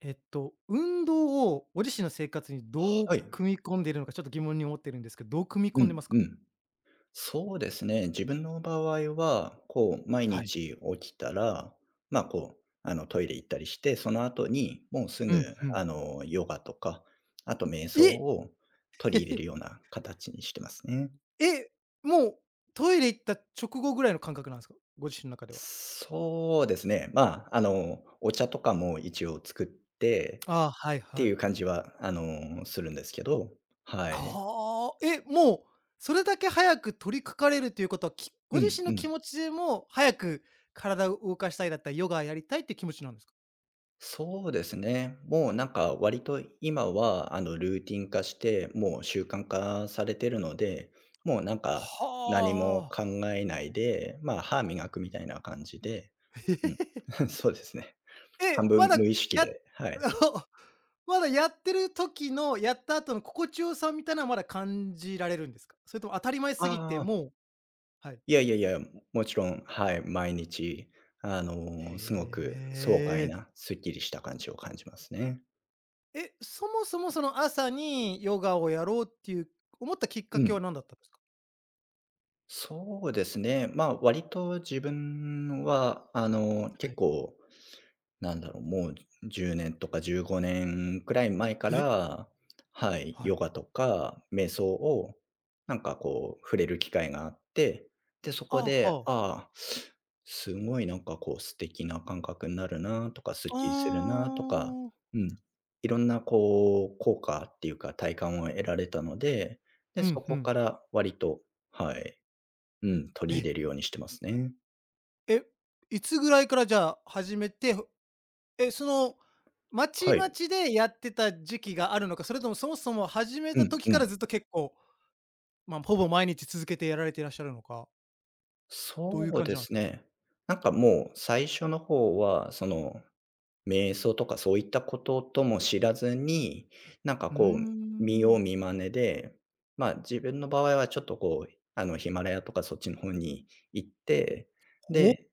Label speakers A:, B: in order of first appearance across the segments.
A: 運動をご自身の生活にどう
B: はい。
A: 組み込んでいるのか、ちょっと疑問に思ってるんですけど、どう組み
B: う
A: 込んで
B: ん、
A: ますか？
B: うん。そうですね。自分の場合は、毎
A: はい。
B: 日起きたら、トイレ行ったりして、その後に、もうす
A: う
B: ぐ、
A: ん、うん。
B: ヨガとか、あと瞑想
A: え
B: を取り入れる ような形にしてますね。
A: え、もうトイレ行った直後ぐらいの感覚なんですか？ご自身の中では。
B: そうですね。お茶とかも一応作って、
A: ああ、はい
B: って
A: は
B: い
A: い。
B: う感じは、するんですけど。はい。
A: ああ、え、もうそれだけ早く取り掛かれるということは、きご
B: う
A: 自
B: ん、
A: 身の
B: う
A: 気
B: ん。
A: 持ちでも早く体を動かしたいだったり、ヨガやりたいっていう気持ちなんですか？
B: そうですね。もうなんか割と今はルーティン化して、もう習慣化されてるので、もうなんか何も
A: はあ。
B: 考えないで、まあ歯磨くみたいな感じで、うん。そうですね。半
A: え、
B: 分
A: ま
B: 無
A: だ
B: 意識
A: やっ
B: で、はい。
A: まだやってる時の、やった後の心地よさみたいなのはまだ感じられるんですか？それとも当たり前すぎて、
B: ああ、
A: もうはい。
B: いやいやいや、もちろん、はい、毎日、すごく爽
A: へ
B: 快
A: え。
B: なすっきりした感じを感じますね。
A: え、そもそもその朝にヨガをやろうっていう思ったきっか
B: う
A: けは
B: ん。
A: 何だったんですか？
B: そうですね。割と自分は、
A: は
B: 結
A: い。
B: 構もう10年とか15年くらい前か
A: え？
B: ら、はい、
A: は
B: ヨ
A: い。
B: ガとか瞑想を、触れる機会があって、で、そこ
A: あ、
B: で、
A: はあ。
B: ああ、すごいなんかこう素敵な感覚になるなとか、すっきりする
A: あ
B: なとか、
A: ー
B: うん、いろんな効果っていうか体感を得られたので、で、
A: う
B: そ
A: ん、う
B: こ
A: ん。
B: から割と、はい、うん、取り
A: え。
B: 入れるようにしてますね。
A: え、いつぐらいからじゃあ始めてえ、その、まち
B: は
A: ま
B: い。
A: ちでやってた時期があるのか、それともそもそも始め
B: う
A: た
B: ん
A: 時
B: う
A: か
B: ん。
A: らずっと結構、ま、ほぼ毎日続けてやられていらっしゃるのか、どうい
B: そ
A: う
B: う
A: 感じ
B: で
A: なんす
B: す
A: か？
B: ね。もう最初の方は、その、瞑想とかそういったこととも知らずに、なんか
A: うー
B: こう、見よう
A: ん。
B: 見まねで、まあ、自分の場合はちょっとヒマラヤとかそっちの方に行って、で、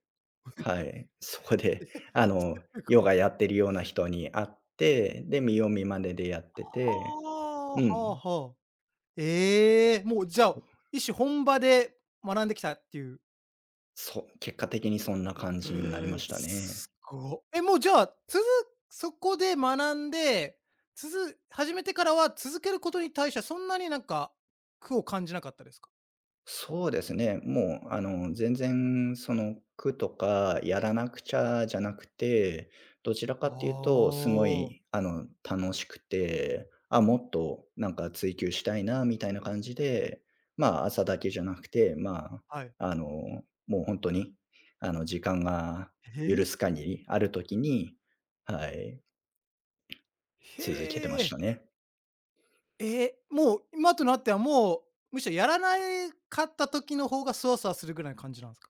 B: はい、そこで、
A: ほえ
B: ヨ
A: こう
B: ガやってるような人に会って、で、見よう見まねでやっ
A: は
B: てて、
A: あ、は
B: う
A: あ
B: ん。
A: はあ。ええ、もうじゃあ、
B: そ
A: 一種本場で学んできたっていう。
B: 結果的にそんな感
A: へ
B: じになりま
A: え、
B: したね。
A: すご。え、もうじゃあ、つづそこで学んで、つづ始めてからは続けることに対してはそんなになんか苦を感じなかったですか？
B: そうですね。もう、あの、全然その、苦とかやらなくちゃじゃなくて、どちらか
A: お
B: っていうと、すご
A: お
B: い、あの、楽しくて、あ、もっとなんか追求したいなみたいな感じで、まあ、朝だけじゃなくて、
A: はい。
B: あ、あの、もう本当に、時間が
A: え
B: 許
A: え？
B: す限りある時に、はい、続けて
A: へ
B: ました
A: え。
B: ね。
A: え、もう、今となってはもう、むしろやらないかった時の方がそわそわするぐらいの感じなんすか？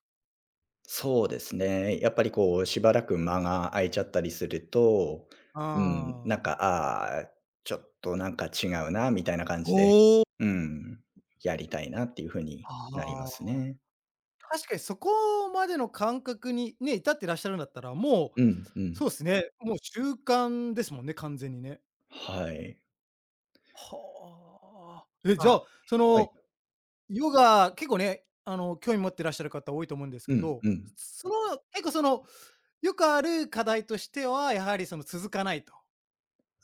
B: そうですね。やっぱりこう、しばらく間が空いちゃったりすると、
A: う
B: うん、なん
A: ん。
B: か、ああ、ちょっとなんか違うな、みたいな感じで、
A: おお、
B: うん、やりたいなっていう風になりま
A: あ
B: す
A: あ。
B: ね。
A: 確かにそこまでの感覚にね、至ってらっしゃるんだったら、もう、
B: うんうん。
A: そうすね、もう習慣ですもんね、完全にね。
B: はい。
A: はあ。え、じ
B: ま
A: ゃ
B: あ、
A: あ、そ
B: はい。
A: の、ヨガ、結構ね、興味持ってらっしゃる方多いと思うんです
B: う
A: け
B: ん
A: ど、
B: うん。
A: その、結構その、よくある課題としては、やはりその続かないと。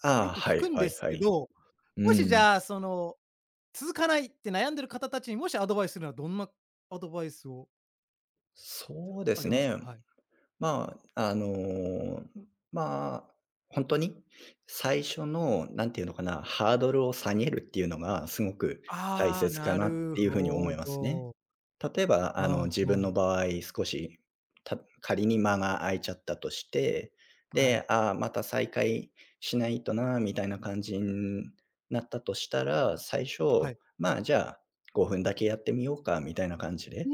B: あ
A: よ
B: あ、
A: く聞
B: は
A: く
B: い
A: ん
B: は
A: で
B: い
A: す
B: は
A: け
B: い。
A: ど、
B: う
A: もしじ
B: ん。
A: ゃあ、その続かないって悩んでる方たちにもしアドバイスするのはどんなアドバイスを
B: そうで
A: あ
B: す
A: げます
B: ね。
A: か？はい。
B: まあ、あの、まあ、本当に最初の、なんていうのかな、ハードルを下げるっていうのがすごく大
A: ああ、
B: 切か
A: な
B: なっ
A: る
B: ていうふうに思
A: ほ
B: いますね。
A: ど。
B: 例えば、
A: うん
B: 自
A: う
B: 分
A: ん。
B: の場合、少し、仮に間が空いちゃったとして、
A: はい。
B: で、ああ、また再開しないとなみたいな感じになったとしたら、最
A: は
B: 初、
A: い。
B: まあ、じゃあ、5分だけやってみようかみたいな感じ
A: う
B: で、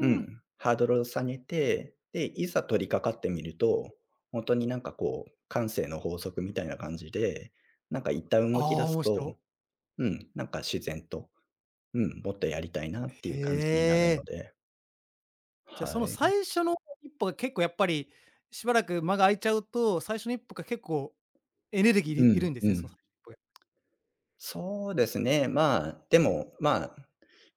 B: う
A: ん。
B: ん、ハードルを下げて、で、いざ取り掛かってみると、ほんとに慣性の法則みたいな感じで、なんか一旦
A: あ
B: 動き
A: あ、
B: 出す
A: 面
B: と、
A: 白。
B: うん、なんか自然と、うん、もっとやりたいなってい
A: へ
B: う感じになるの
A: え。
B: で、
A: じゃ、あそ
B: は
A: の
B: い。
A: 最初の一歩が結構やっぱり、しばらく間が空いちゃうと、最初の一歩が結構エネルギーい
B: う
A: るい
B: ん、
A: るんです
B: う
A: ね、その最
B: ん。
A: 初の一歩が。
B: そうですね、まあ、でも、まあ、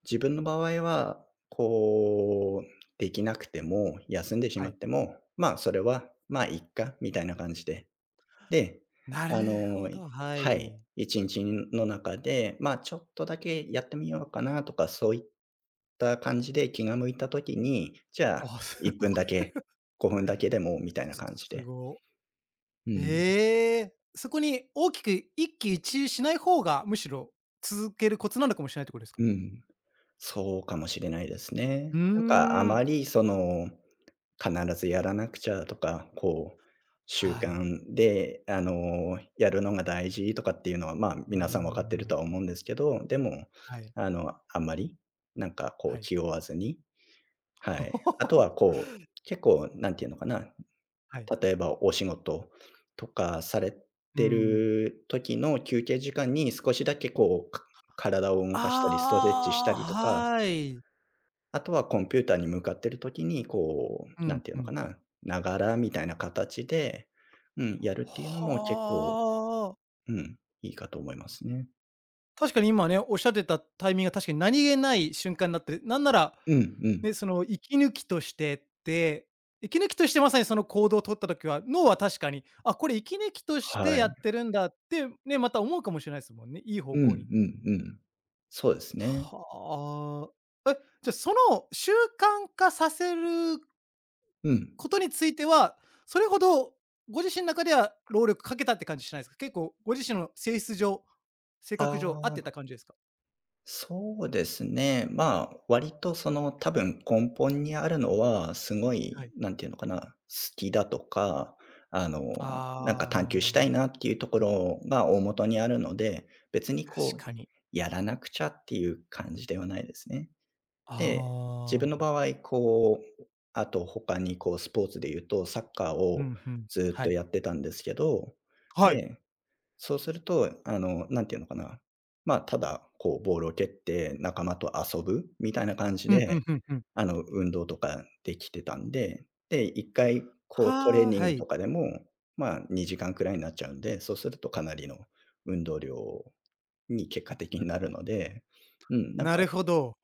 B: 自分の場合は、できなくても、休んでし
A: は
B: まっ
A: い。
B: ても、それは、まあ、いっかみたいな感じで、で、
A: なる
B: あの
A: ほど、は
B: はい、
A: い。
B: 1日の中で、まあ、ちょっとだけやってみようかなとか、そういった感じで気が向いた時に、じゃあ、
A: あ、す
B: 1分だけ、5分だけでもみたいな感じ
A: す
B: で。
A: ご。
B: うん、
A: ええ、そこに大きく一喜一憂しない方が、むしろ続けるコツなのかもしれないってことですか？
B: うん。そうかもしれないです
A: う
B: ね。
A: ー
B: なんかあ
A: ん。
B: まりその必ずやらなくちゃとか、こう、習
A: はい。
B: 慣で、やるのが大事とかっていうのは、まあ、
A: う
B: 皆さん分か
A: ー
B: ってる
A: ん、
B: とは思うんですけど、でも、
A: はい、
B: あんまり、
A: はい。
B: 気負わずに、はい。あとは こう、結構何ていうのかな、
A: はい。
B: 例えばお仕事とかされ
A: う
B: て
A: ん。
B: る時の休憩時間に少しだけ体を動かしたり、ストレッチした
A: あ
B: りとか、
A: あ、はい。
B: あとはコンピューターに向かってる時に、こ
A: う
B: う、な
A: ん
B: んていう
A: う
B: の
A: ん。
B: かな、ながらみたいな形で、うん、やるっていうのも結
A: は
B: 構、
A: あ。
B: うん、いいかと思いますね。
A: 確かに今ね、おっしゃってたタイミングが確かに何気ない瞬間になって、なんなら、
B: うんう
A: ね、
B: ん。
A: その息抜きとしてって、息抜きとしてまさにその行動を取った時は、脳は確かに、あ、これ息抜きとして
B: は
A: や
B: い。
A: ってるんだって、ね、また思うかもしれないですもんね、いい方
B: うんう
A: 向に。
B: んうん。そうですね。
A: はあ。え、じゃ、その習慣化させる
B: うん。
A: ことについては、それほどご自身の中では労力かけたって感じしないですか？結構ご自身の性質上、性
B: あ
A: 格上合ってた
B: あ。
A: 感じですか？
B: そうですね。まあ、割とその多分根本にあるのは、すご
A: は
B: い、
A: い。
B: なんていうのかな、好きだとか、あの、なんか
A: あ
B: 探求した
A: あ、
B: いなっていうところが大元にあるので、別にこ
A: 確
B: う、
A: かに。
B: やらなくちゃっていう感じではないですね。で、自
A: あ
B: 分の
A: あ、
B: 場合、あと他にこうスポーツで言うとサッカー
A: う
B: を
A: んうん、
B: ずっ
A: は
B: と
A: い。
B: やってたんですけど、
A: はい。
B: で、そうすると、なんていうのかな、まあ、ただこうボールを蹴って仲間と遊ぶみたいな感じ
A: うんうん
B: で、
A: うんうん。
B: 運動とかできてたんで、で、1回こうトレー
A: はあ、
B: ニン
A: は
B: グ
A: い。
B: とかでも、まあ、2時間くらいになっちゃうんで、そうするとかなりの運動量に結果的になるので、うん、なん
A: な
B: か
A: るほど。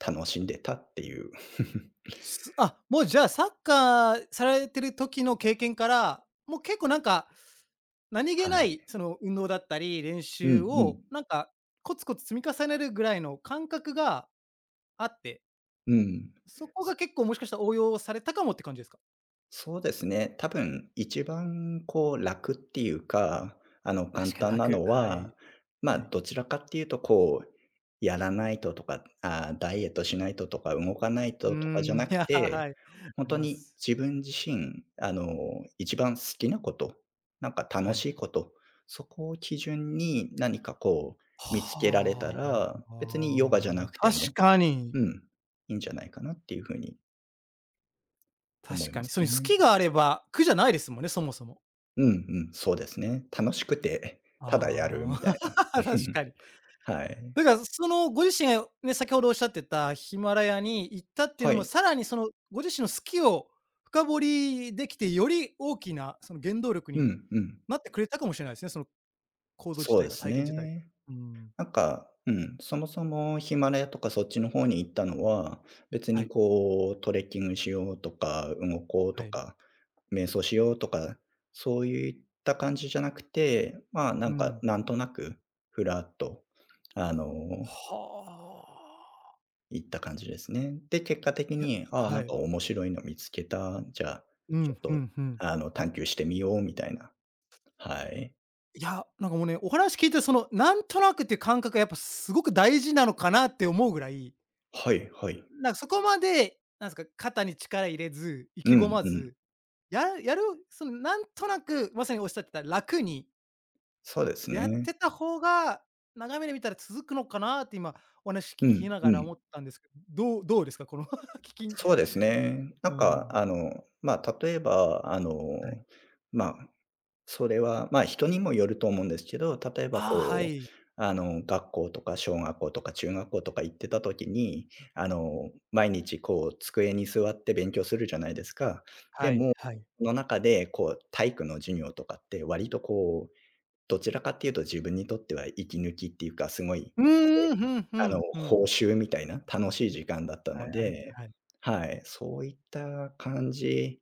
B: 楽しんでたっていう。
A: すあ、もうじゃあサッカーされてる時の経験から、もう結構なんか、何気
B: は
A: な
B: い。
A: いその運動だったり、練
B: う
A: 習
B: んう
A: を
B: ん。
A: なんかコツコツ積み重ねるぐらいの感覚があって、
B: うん。
A: そこが結構もしかしたら応用されたかもって感じですか？
B: そうですね。多分一番こう楽っていうか、簡
A: 確かに
B: 単な
A: 楽。
B: の
A: はい、
B: は、
A: は
B: ま、
A: い。
B: どちらかっていうとこう、やらないととか、あーダイエットしないととか動かない
A: う
B: ととかじ
A: ー
B: ゃ
A: ん、い
B: なく
A: や、は
B: て、
A: い。あ
B: 本
A: り
B: 当
A: ま
B: に
A: す。
B: 自分自身、一番好きなこと、なんか
A: は
B: 楽
A: い。
B: しいこと、そこを基準に何かこう見つけられた
A: はあ、
B: ら、別にヨガじゃな
A: ま
B: くて
A: 確
B: も、
A: かに。
B: うん、いいんじゃないかなっていうふうに思
A: 確
B: い
A: か
B: ま
A: に。
B: す
A: そういう好
B: ね。
A: きがあれば苦じゃないですもんね、そもそも。
B: うんうん、そうですね。楽しくて、ただやる
A: あ
B: みたいな。
A: あ、
B: う
A: 確
B: ん。
A: かに。
B: はい。
A: だからそのご自身がね、先ほどおっしゃってたヒマラヤに行ったっていう
B: は
A: のも、
B: い。
A: さらにそのご自身の好きを深掘りできて、より大きなその原動力
B: う
A: に
B: んうん。
A: なってくれたかもしれないですね、その行動自
B: そう
A: 体
B: で
A: が、
B: す
A: 体験自体。
B: ね。
A: うん。
B: なんか、うん、そもそもヒマラヤとかそっちの方に行ったのは、別
A: は
B: に
A: い、
B: こうトレッキングしようとか、動こうと
A: はい。
B: か、瞑想しようとか、そういった感じじゃなくて、
A: うん。
B: なんとなく、ふらっと、あの
A: はあ。
B: 行った感じですね。で、結果的
A: いや、
B: に、ああ、
A: は
B: なん
A: い。
B: か面白いの見つけた、じゃあ、
A: う
B: ち
A: ん、
B: ょっ
A: ふ
B: と、
A: んふん。
B: 探求してみようみたいな。はい。
A: いや、なんかもうね、お話聞いてその、なんとなくっていう感覚がやっぱすごく大事なのかなって思うぐらい、
B: はいはい。
A: なんかそこまで、なんすか、肩に力入れず、意
B: う
A: 気
B: ん
A: 込ま
B: うん。
A: ず、やるやるそのなんとなく、まさにおっしゃってた楽に
B: そうです
A: やっ
B: ね。
A: てた方が、長い目で見たら続くのかなって今お話聞
B: う
A: き
B: ん
A: なが
B: う
A: ら思
B: ん。
A: ったんですけど、どうどうですか？この 聞き
B: そうですね。な
A: う
B: んか、
A: ん
B: 例えば、
A: はい。
B: まあ、それは、まあ、人にもよると思うんですけど、例えば
A: ああ、は
B: こう、
A: い。
B: 学校とか小学校とか中学校とか行ってた時に、毎日こう机に座って勉強するじゃないですか。で
A: はい
B: も、
A: はい。
B: その中でこう体育の授業とかって割とこう、どちらかっていうと自分にとっては息抜きっていうか、すごい、
A: う
B: せ
A: んうん、ふんふ
B: あの、
A: んふん。
B: 報酬みたいな楽しい時間だった
A: はい、
B: の
A: あれ
B: で、
A: はい。
B: はい、そういった感じ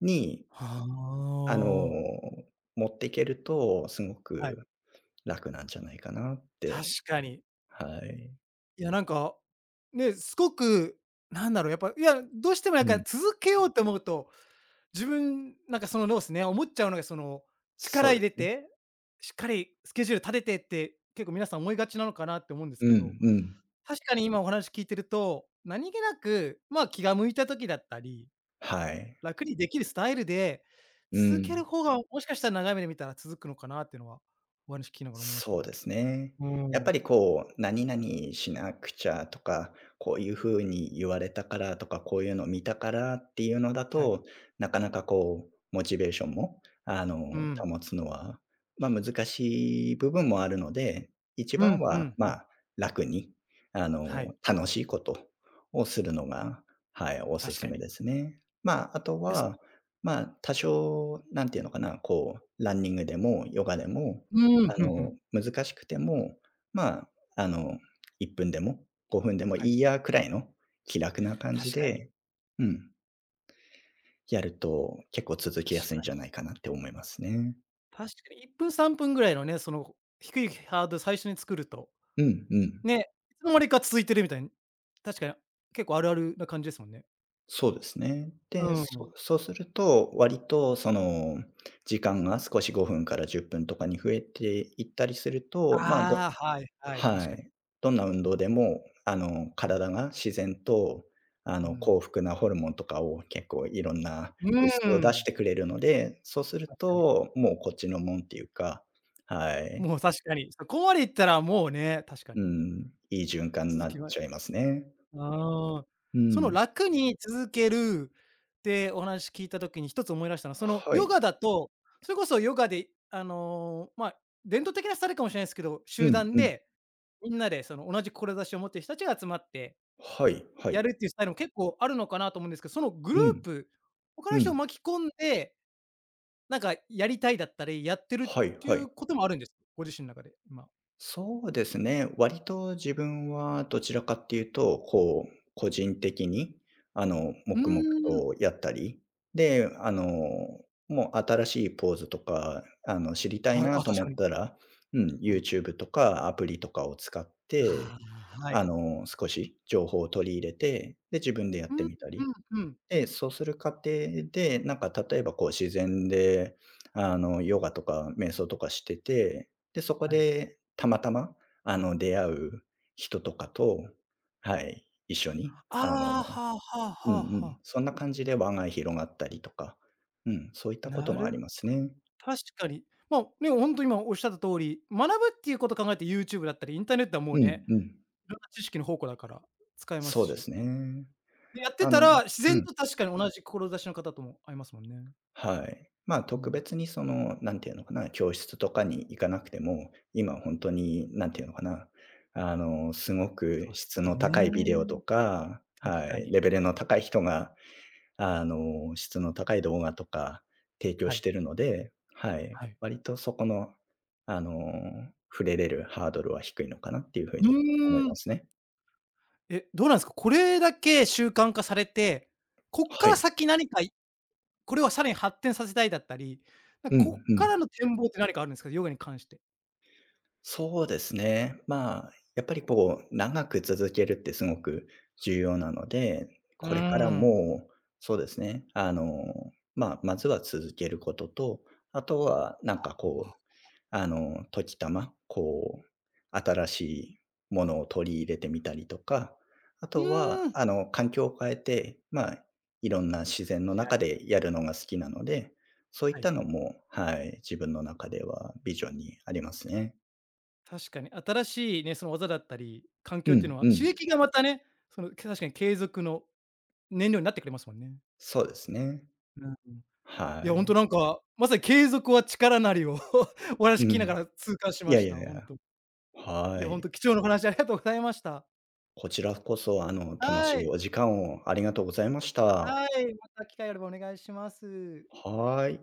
B: に、
A: は
B: あの、
A: あ。
B: 持っていけると、すご
A: はい。
B: く楽なんじゃないかなっ
A: 確
B: て。
A: かに。
B: はい。
A: いや、なんか、ね、すごく、なんだろう、やっぱ、いや、どうしてもなん
B: う
A: か
B: ん。
A: 続けようと思うと、自分、なんかそのノースね、思っちゃうのがその、
B: そ
A: 力
B: う
A: 入
B: で
A: れ
B: すね。
A: て、しっかりスケジュール立ててって、結構皆さん思いがちなのかなって思うんです
B: う
A: けど、
B: んうん。
A: 確かに今お話聞いてると、何気なく、まあ、気が向いた時だったり、
B: はい。
A: 楽にできるスタイルで、
B: う
A: 続ける
B: ん。
A: 方がもしかしたら長い目で見たら続くのかなっていうのは、お話聞きながら思いました。
B: そうですね。やっ
A: うん。
B: ぱりこう、しなくちゃとか、こういう風に言われたからとか、こういうの見たからっていうのだ
A: はい。
B: と、なかなかこう、モチベーションも、
A: うん。
B: 保つのは、難しい部分もあるので、一
A: うん、
B: 番
A: ふ
B: は、
A: んふん。
B: 楽に、あ
A: は
B: の、
A: い、
B: 楽しいことをするのが、はい、おす
A: 確
B: す
A: か
B: め
A: に。
B: ですね。あと
A: え、そ
B: は、多少、なんていうのかな、こう、ランニングでもヨガでも
A: うん、ふんふん。
B: 難しくても、まあ、あの、1分でも5分でも
A: は
B: い
A: い。
B: いやくらいの気楽な感じ
A: 確かに、
B: で、うん、やると結構続きやす
A: 確
B: いん
A: か
B: じゃ
A: に。
B: ないかなって思いますね。
A: 確かに1分、3分ぐらいのね、その低いハードル最初に作ると、
B: うんうん。
A: ね、いつの間にか続いてるみたいに、確かに結構あるあるな感じですもんね。
B: そうですね。
A: うん。
B: そうすると、割とその時間が少し5分から10分とかに増えていったりすると、
A: ああ、はいはい、確
B: は
A: かに。
B: い。どんな運動でも、体が自然と、
A: うん。
B: 幸福なホルモンとか結構いろんな
A: う
B: 物
A: ー
B: 質を出し
A: ん、
B: てくれるので、そうする
A: 確かに。
B: と、もうこっちのもんっていうか、はい。
A: もう確かに、そこまでいったらもうね、確か
B: う
A: に。
B: ん、いい循環に
A: 続
B: な
A: き
B: っ
A: は
B: ちゃいますね。
A: ああ、
B: う
A: その
B: ん。
A: 楽に続けるってお話聞いた時に一つ思い出したのは、その
B: は
A: ヨ
B: い。
A: ガだと、それこそヨガでまあ、伝統的なスタイルかもしれないですけど、
B: う
A: 集
B: ん
A: 団
B: うん。
A: でみんなでその同じ志を持っている人たちが集まって
B: はいは
A: や
B: い。
A: るっていうスタイルも結構あるのかなと思うんですけど、そのグル
B: う
A: ー
B: ん、
A: プ、他の
B: う
A: 人を
B: ん。
A: 巻き込んで、なんかやりたいだったり、やってるっ
B: はい
A: てい
B: はい。
A: うこともあるんですか？ご自身の中で、今。
B: そうですね。割と自分はどちらかっていうと、こう、個人的に、
A: う
B: 黙々
A: ーん。
B: とやったり、で、あの、もう新しいポーズとか、知りたい
A: はい、
B: な
A: あ、
B: と
A: 確
B: 思
A: か
B: っ
A: に。
B: たら、うん、
A: はい。
B: YouTube とかアプリとかを使っ
A: あ
B: て、
A: あ、はい。
B: 少し情報を取り入れて、で、自分でやっ
A: う
B: て
A: ん、
B: みたり。
A: うん、うん。
B: で、そうする過程で、なんか例えばこう自然で、ヨガとか瞑想とかしてて、で、そこ
A: はい。
B: でたまたま、出会う人とかと、はい、一緒に、
A: ああ、はあはあ
B: うん
A: はあ
B: うん、
A: はあ。
B: そんな感じで輪が広がったりとか、うん、そういったこと
A: な
B: もあ
A: る
B: りますね。
A: 確かに。まあ、ね、ほんと今おっしゃった通り、学ぶっていうこと考えて YouTube だったり、インターネットはもう
B: う
A: ね、
B: んうん。
A: いろんな知識の宝庫だから使えます
B: そうで
A: し。
B: すね。
A: で、やって
B: あ
A: た
B: の
A: ら、自
B: う
A: 然
B: ん。
A: と確かに同じ志の方とも会えますもんね。
B: はい。あ
A: う
B: 特
A: ん。
B: 別にその、なんていうのかな、教室とかに行かなくても、今本当になんていうのかな、すご
A: そ
B: く
A: うで
B: 質の
A: す
B: 高いビデオと
A: ね。
B: か、
A: 確
B: は
A: か
B: い、
A: に。
B: レベルの高い人が、質の高い動画とか提供
A: は
B: し
A: い、
B: てるので、はい、
A: はい。
B: 割とそこの、あの、触れれるハードルは低いのかなっていう風
A: う
B: に思い
A: ー
B: ま
A: ん。
B: すね。
A: え、どうなんすか？これだけ習慣化されて、こっか
B: は
A: ら
B: い。
A: 先何かいこれをさらに発展させたいだったり、なん
B: う
A: こっ
B: んう
A: から
B: ん。
A: の展望って何かあるんですか？ヨガに関して。
B: そうですね。やっぱりこう、長く続けるってすごく重要なので、
A: うー
B: これから
A: ん。
B: も、そうですね、まずは続けることと、あとはなんかこう、時たま、こう、新しいものを取り入れてみたりとか、あ
A: う
B: と
A: ー
B: は、
A: ん。
B: 環境を変えて、まあ、いろんな自然の
A: 確か
B: 中
A: に、
B: でやるのが好きなので、そういっ
A: はい。
B: たのも、はい、自分の中ではビジョンにありますね。
A: 確かに新しいね、その技だったり、環境っ
B: う
A: ていう
B: ん、
A: のは
B: う
A: 刺
B: ん。
A: 激がまたね、その、確かに継続の燃料になってくれますもんね。
B: そうですね。
A: うん。
B: は
A: いや、ほんと
B: い。
A: なんか、まさに継続は力なりを お話聞
B: う
A: きな
B: ん。
A: がら痛感し
B: い
A: ま
B: や
A: し
B: い
A: た。
B: やい
A: ほん
B: や、
A: と。い
B: は
A: や、ほん
B: い。
A: と貴重なお話ありがとうございました。
B: こちらこそ、楽
A: は
B: しい
A: い。
B: お時間をありがとうございまし
A: は
B: た。
A: い、また機会あればお願いします。
B: はい。